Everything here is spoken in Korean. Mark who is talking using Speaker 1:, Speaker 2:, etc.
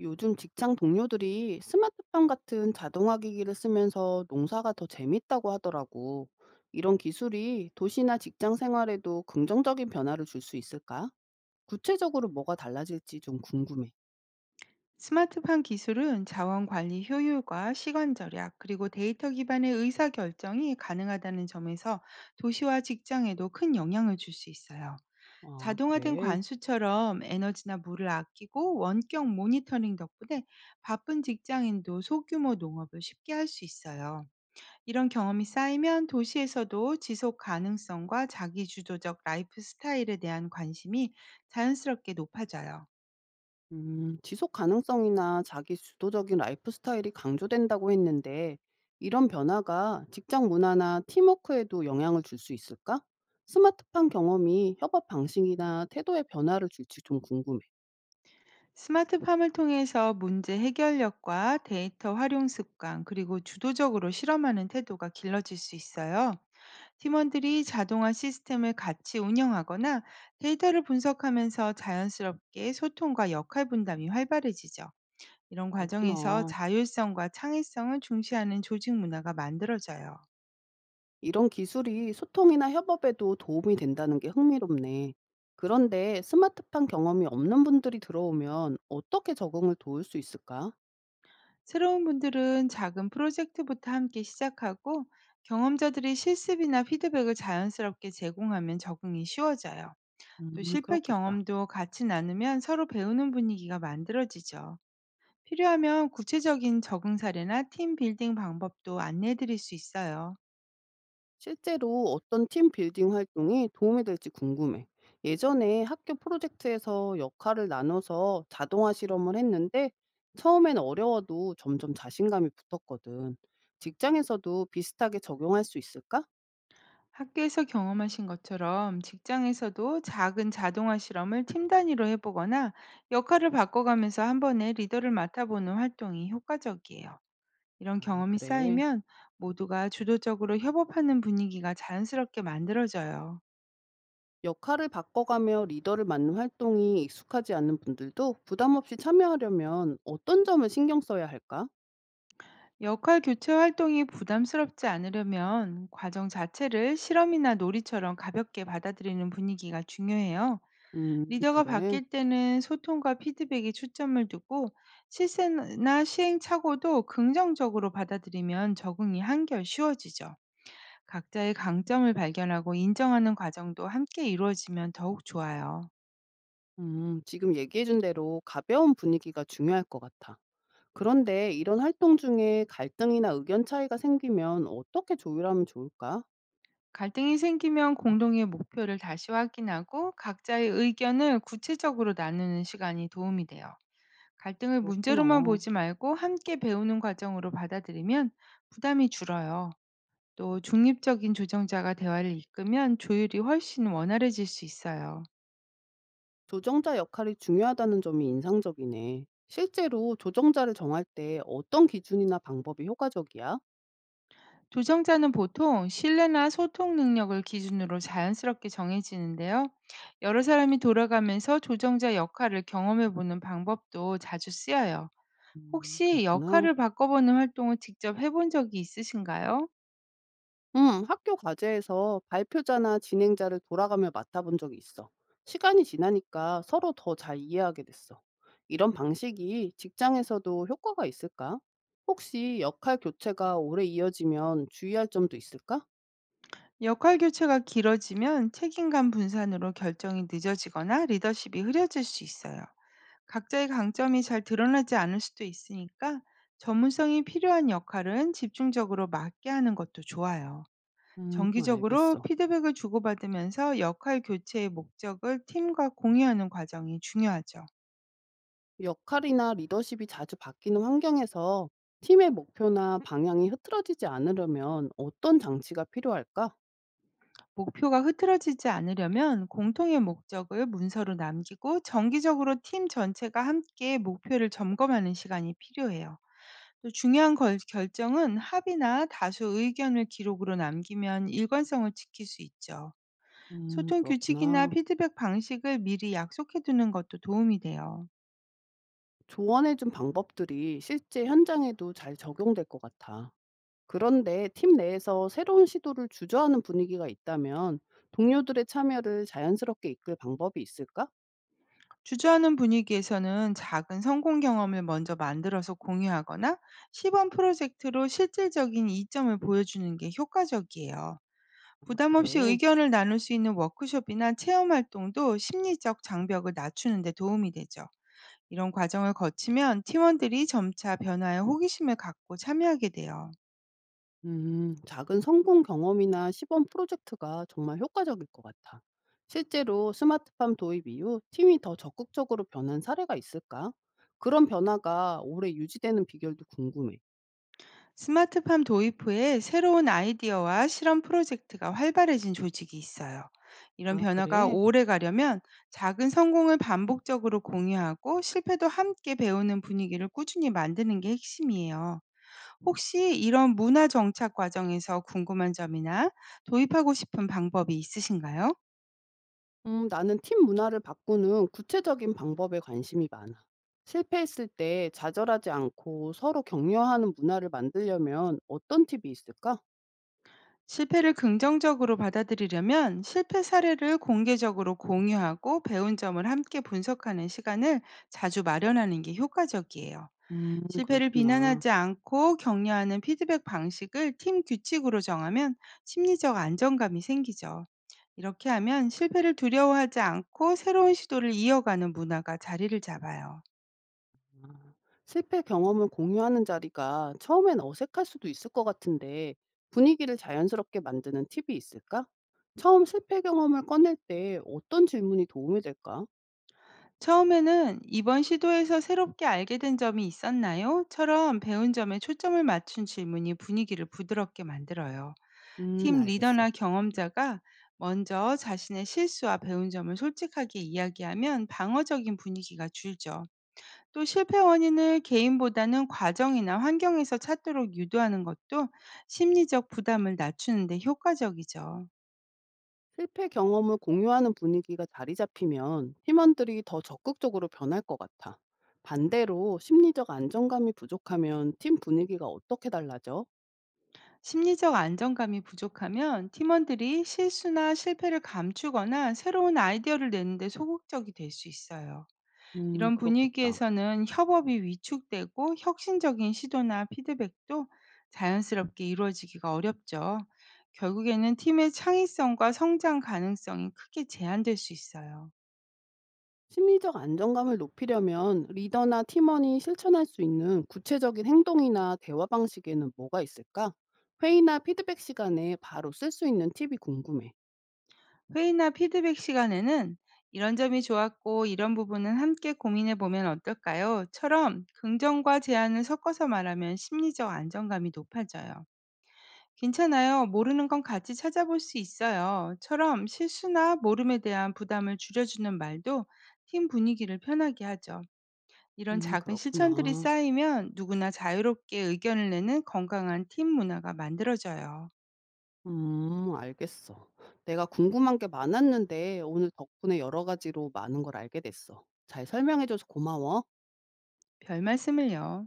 Speaker 1: 요즘 직장 동료들이 스마트팜 같은 자동화 기기를 쓰면서 농사가 더 재밌다고 하더라고. 이런 기술이 도시나 직장 생활에도 긍정적인 변화를 줄 수 있을까? 구체적으로 뭐가 달라질지 좀 궁금해.
Speaker 2: 스마트팜 기술은 자원 관리 효율과 시간 절약, 그리고 데이터 기반의 의사 결정이 가능하다는 점에서 도시와 직장에도 큰 영향을 줄 수 있어요.
Speaker 1: 아,
Speaker 2: 자동화된
Speaker 1: 그래.
Speaker 2: 관수처럼 에너지나 물을 아끼고 원격 모니터링 덕분에 바쁜 직장인도 소규모 농업을 쉽게 할 수 있어요. 이런 경험이 쌓이면 도시에서도 지속 가능성과 자기 주도적 라이프 스타일에 대한 관심이 자연스럽게 높아져요.
Speaker 1: 지속 가능성이나 자기 주도적인 라이프 스타일이 강조된다고 했는데, 이런 변화가 직장 문화나 팀워크에도 영향을 줄 수 있을까? 스마트팜 경험이 협업 방식이나 태도의 변화를 줄지 좀 궁금해.
Speaker 2: 스마트팜을 통해서 문제 해결력과 데이터 활용 습관, 그리고 주도적으로 실험하는 태도가 길러질 수 있어요. 팀원들이 자동화 시스템을 같이 운영하거나 데이터를 분석하면서 자연스럽게 소통과 역할 분담이 활발해지죠. 이런 과정에서
Speaker 1: 그렇구나.
Speaker 2: 자율성과 창의성을 중시하는 조직 문화가 만들어져요.
Speaker 1: 이런 기술이 소통이나 협업에도 도움이 된다는 게 흥미롭네. 그런데 스마트팜 경험이 없는 분들이 들어오면 어떻게 적응을 도울 수 있을까?
Speaker 2: 새로운 분들은 작은 프로젝트부터 함께 시작하고, 경험자들이 실습이나 피드백을 자연스럽게 제공하면 적응이 쉬워져요. 또 실패
Speaker 1: 그렇겠다.
Speaker 2: 경험도 같이 나누면 서로 배우는 분위기가 만들어지죠. 필요하면 구체적인 적응 사례나 팀 빌딩 방법도 안내해 드릴 수 있어요.
Speaker 1: 실제로 어떤 팀 빌딩 활동이 도움이 될지 궁금해. 예전에 학교 프로젝트에서 역할을 나눠서 자동화 실험을 했는데 처음엔 어려워도 점점 자신감이 붙었거든. 직장에서도 비슷하게 적용할 수 있을까?
Speaker 2: 학교에서 경험하신 것처럼 직장에서도 작은 자동화 실험을 팀 단위로 해보거나, 역할을 바꿔가면서 한 번에 리더를 맡아보는 활동이 효과적이에요. 이런
Speaker 1: 아,
Speaker 2: 경험이
Speaker 1: 그래.
Speaker 2: 쌓이면 모두가 주도적으로 협업하는 분위기가 자연스럽게 만들어져요.
Speaker 1: 역할을 바꿔가며 리더를 맡는 활동이 익숙하지 않은 분들도 부담 없이 참여하려면 어떤 점을 신경 써야 할까?
Speaker 2: 역할 교체 활동이 부담스럽지 않으려면, 과정 자체를 실험이나 놀이처럼 가볍게 받아들이는 분위기가 중요해요. 리더가
Speaker 1: 그래.
Speaker 2: 바뀔 때는 소통과 피드백에 초점을 두고, 실세나 시행착오도 긍정적으로 받아들이면 적응이 한결 쉬워지죠. 각자의 강점을 발견하고 인정하는 과정도 함께 이루어지면 더욱 좋아요.
Speaker 1: 지금 얘기해준 대로 가벼운 분위기가 중요할 것 같아. 그런데 이런 활동 중에 갈등이나 의견 차이가 생기면 어떻게 조율하면 좋을까?
Speaker 2: 갈등이 생기면 공동의 목표를 다시 확인하고, 각자의 의견을 구체적으로 나누는 시간이 도움이 돼요. 갈등을 문제로만
Speaker 1: 그렇구나.
Speaker 2: 보지 말고 함께 배우는 과정으로 받아들이면 부담이 줄어요. 또 중립적인 조정자가 대화를 이끌면 조율이 훨씬 원활해질 수 있어요.
Speaker 1: 조정자 역할이 중요하다는 점이 인상적이네. 실제로 조정자를 정할 때 어떤 기준이나 방법이 효과적이야?
Speaker 2: 조정자는 보통 신뢰나 소통 능력을 기준으로 자연스럽게 정해지는데요. 여러 사람이 돌아가면서 조정자 역할을 경험해보는 방법도 자주 쓰여요. 혹시
Speaker 1: 그렇구나.
Speaker 2: 역할을 바꿔보는 활동을 직접 해본 적이 있으신가요?
Speaker 1: 학교 과제에서 발표자나 진행자를 돌아가며 맡아본 적이 있어. 시간이 지나니까 서로 더 잘 이해하게 됐어. 이런 방식이 직장에서도 효과가 있을까? 혹시 역할 교체가 오래 이어지면 주의할 점도 있을까?
Speaker 2: 역할 교체가 길어지면 책임감 분산으로 결정이 늦어지거나 리더십이 흐려질 수 있어요. 각자의 강점이 잘 드러나지 않을 수도 있으니까, 전문성이 필요한 역할은 집중적으로 맡게 하는 것도 좋아요. 정기적으로
Speaker 1: 알겠어.
Speaker 2: 피드백을 주고받으면서 역할 교체의 목적을 팀과 공유하는 과정이 중요하죠.
Speaker 1: 역할이나 리더십이 자주 바뀌는 환경에서 팀의 목표나 방향이 흐트러지지 않으려면 어떤 장치가 필요할까?
Speaker 2: 목표가 흐트러지지 않으려면, 공통의 목적을 문서로 남기고 정기적으로 팀 전체가 함께 목표를 점검하는 시간이 필요해요. 또 중요한 걸 결정은 합의나 다수 의견을 기록으로 남기면 일관성을 지킬 수 있죠. 소통 규칙이나
Speaker 1: 그렇구나.
Speaker 2: 피드백 방식을 미리 약속해 두는 것도 도움이 돼요.
Speaker 1: 조언해 준 방법들이 실제 현장에도 잘 적용될 것 같아. 그런데 팀 내에서 새로운 시도를 주저하는 분위기가 있다면 동료들의 참여를 자연스럽게 이끌 방법이 있을까?
Speaker 2: 주저하는 분위기에서는 작은 성공 경험을 먼저 만들어서 공유하거나, 시범 프로젝트로 실질적인 이점을 보여주는 게 효과적이에요.
Speaker 1: 아,
Speaker 2: 부담 없이
Speaker 1: 그래.
Speaker 2: 의견을 나눌 수 있는 워크숍이나 체험 활동도 심리적 장벽을 낮추는 데 도움이 되죠. 이런 과정을 거치면 팀원들이 점차 변화에 호기심을 갖고 참여하게 돼요.
Speaker 1: 작은 성공 경험이나 시범 프로젝트가 정말 효과적일 것 같아. 실제로 스마트팜 도입 이후 팀이 더 적극적으로 변한 사례가 있을까? 그런 변화가 오래 유지되는 비결도 궁금해.
Speaker 2: 스마트팜 도입 후에 새로운 아이디어와 실험 프로젝트가 활발해진 조직이 있어요. 이런
Speaker 1: 아,
Speaker 2: 변화가
Speaker 1: 그래.
Speaker 2: 오래 가려면 작은 성공을 반복적으로 공유하고, 실패도 함께 배우는 분위기를 꾸준히 만드는 게 핵심이에요. 혹시 이런 문화 정착 과정에서 궁금한 점이나 도입하고 싶은 방법이 있으신가요?
Speaker 1: 나는 팀 문화를 바꾸는 구체적인 방법에 관심이 많아. 실패했을 때 좌절하지 않고 서로 격려하는 문화를 만들려면 어떤 팁이 있을까?
Speaker 2: 실패를 긍정적으로 받아들이려면, 실패 사례를 공개적으로 공유하고 배운 점을 함께 분석하는 시간을 자주 마련하는 게 효과적이에요. 실패를
Speaker 1: 그렇구나.
Speaker 2: 비난하지 않고 격려하는 피드백 방식을 팀 규칙으로 정하면 심리적 안정감이 생기죠. 이렇게 하면 실패를 두려워하지 않고 새로운 시도를 이어가는 문화가 자리를 잡아요.
Speaker 1: 아, 실패 경험을 공유하는 자리가 처음엔 어색할 수도 있을 것 같은데 분위기를 자연스럽게 만드는 팁이 있을까? 처음 실패 경험을 꺼낼 때 어떤 질문이 도움이 될까?
Speaker 2: 처음에는 "이번 시도에서 새롭게 알게 된 점이 있었나요?"처럼 배운 점에 초점을 맞춘 질문이 분위기를 부드럽게 만들어요. 팀
Speaker 1: 알겠어.
Speaker 2: 리더나 경험자가 먼저 자신의 실수와 배운 점을 솔직하게 이야기하면 방어적인 분위기가 줄죠. 또 실패 원인을 개인보다는 과정이나 환경에서 찾도록 유도하는 것도 심리적 부담을 낮추는 데 효과적이죠.
Speaker 1: 실패 경험을 공유하는 분위기가 자리 잡히면 팀원들이 더 적극적으로 변할 것 같아. 반대로 심리적 안정감이 부족하면 팀 분위기가 어떻게 달라져?
Speaker 2: 심리적 안정감이 부족하면 팀원들이 실수나 실패를 감추거나, 새로운 아이디어를 내는데 소극적이 될 수 있어요. 이런
Speaker 1: 그렇겠다.
Speaker 2: 분위기에서는 협업이 위축되고, 혁신적인 시도나 피드백도 자연스럽게 이루어지기가 어렵죠. 결국에는 팀의 창의성과 성장 가능성이 크게 제한될 수 있어요.
Speaker 1: 심리적 안정감을 높이려면 리더나 팀원이 실천할 수 있는 구체적인 행동이나 대화 방식에는 뭐가 있을까? 회의나 피드백 시간에 바로 쓸 수 있는 팁이 궁금해.
Speaker 2: 회의나 피드백 시간에는 "이런 점이 좋았고, 이런 부분은 함께 고민해 보면 어떨까요? 처럼 긍정과 제안을 섞어서 말하면 심리적 안정감이 높아져요. "괜찮아요, 모르는 건 같이 찾아볼 수 있어요. 처럼 실수나 모름에 대한 부담을 줄여주는 말도 팀 분위기를 편하게 하죠. 이런 작은 실천들이
Speaker 1: 그렇구나.
Speaker 2: 쌓이면 누구나 자유롭게 의견을 내는 건강한 팀 문화가 만들어져요.
Speaker 1: 알겠어. 내가 궁금한 게 많았는데 오늘 덕분에 여러 가지로 많은 걸 알게 됐어. 잘 설명해 줘서 고마워.
Speaker 2: 별 말씀을요.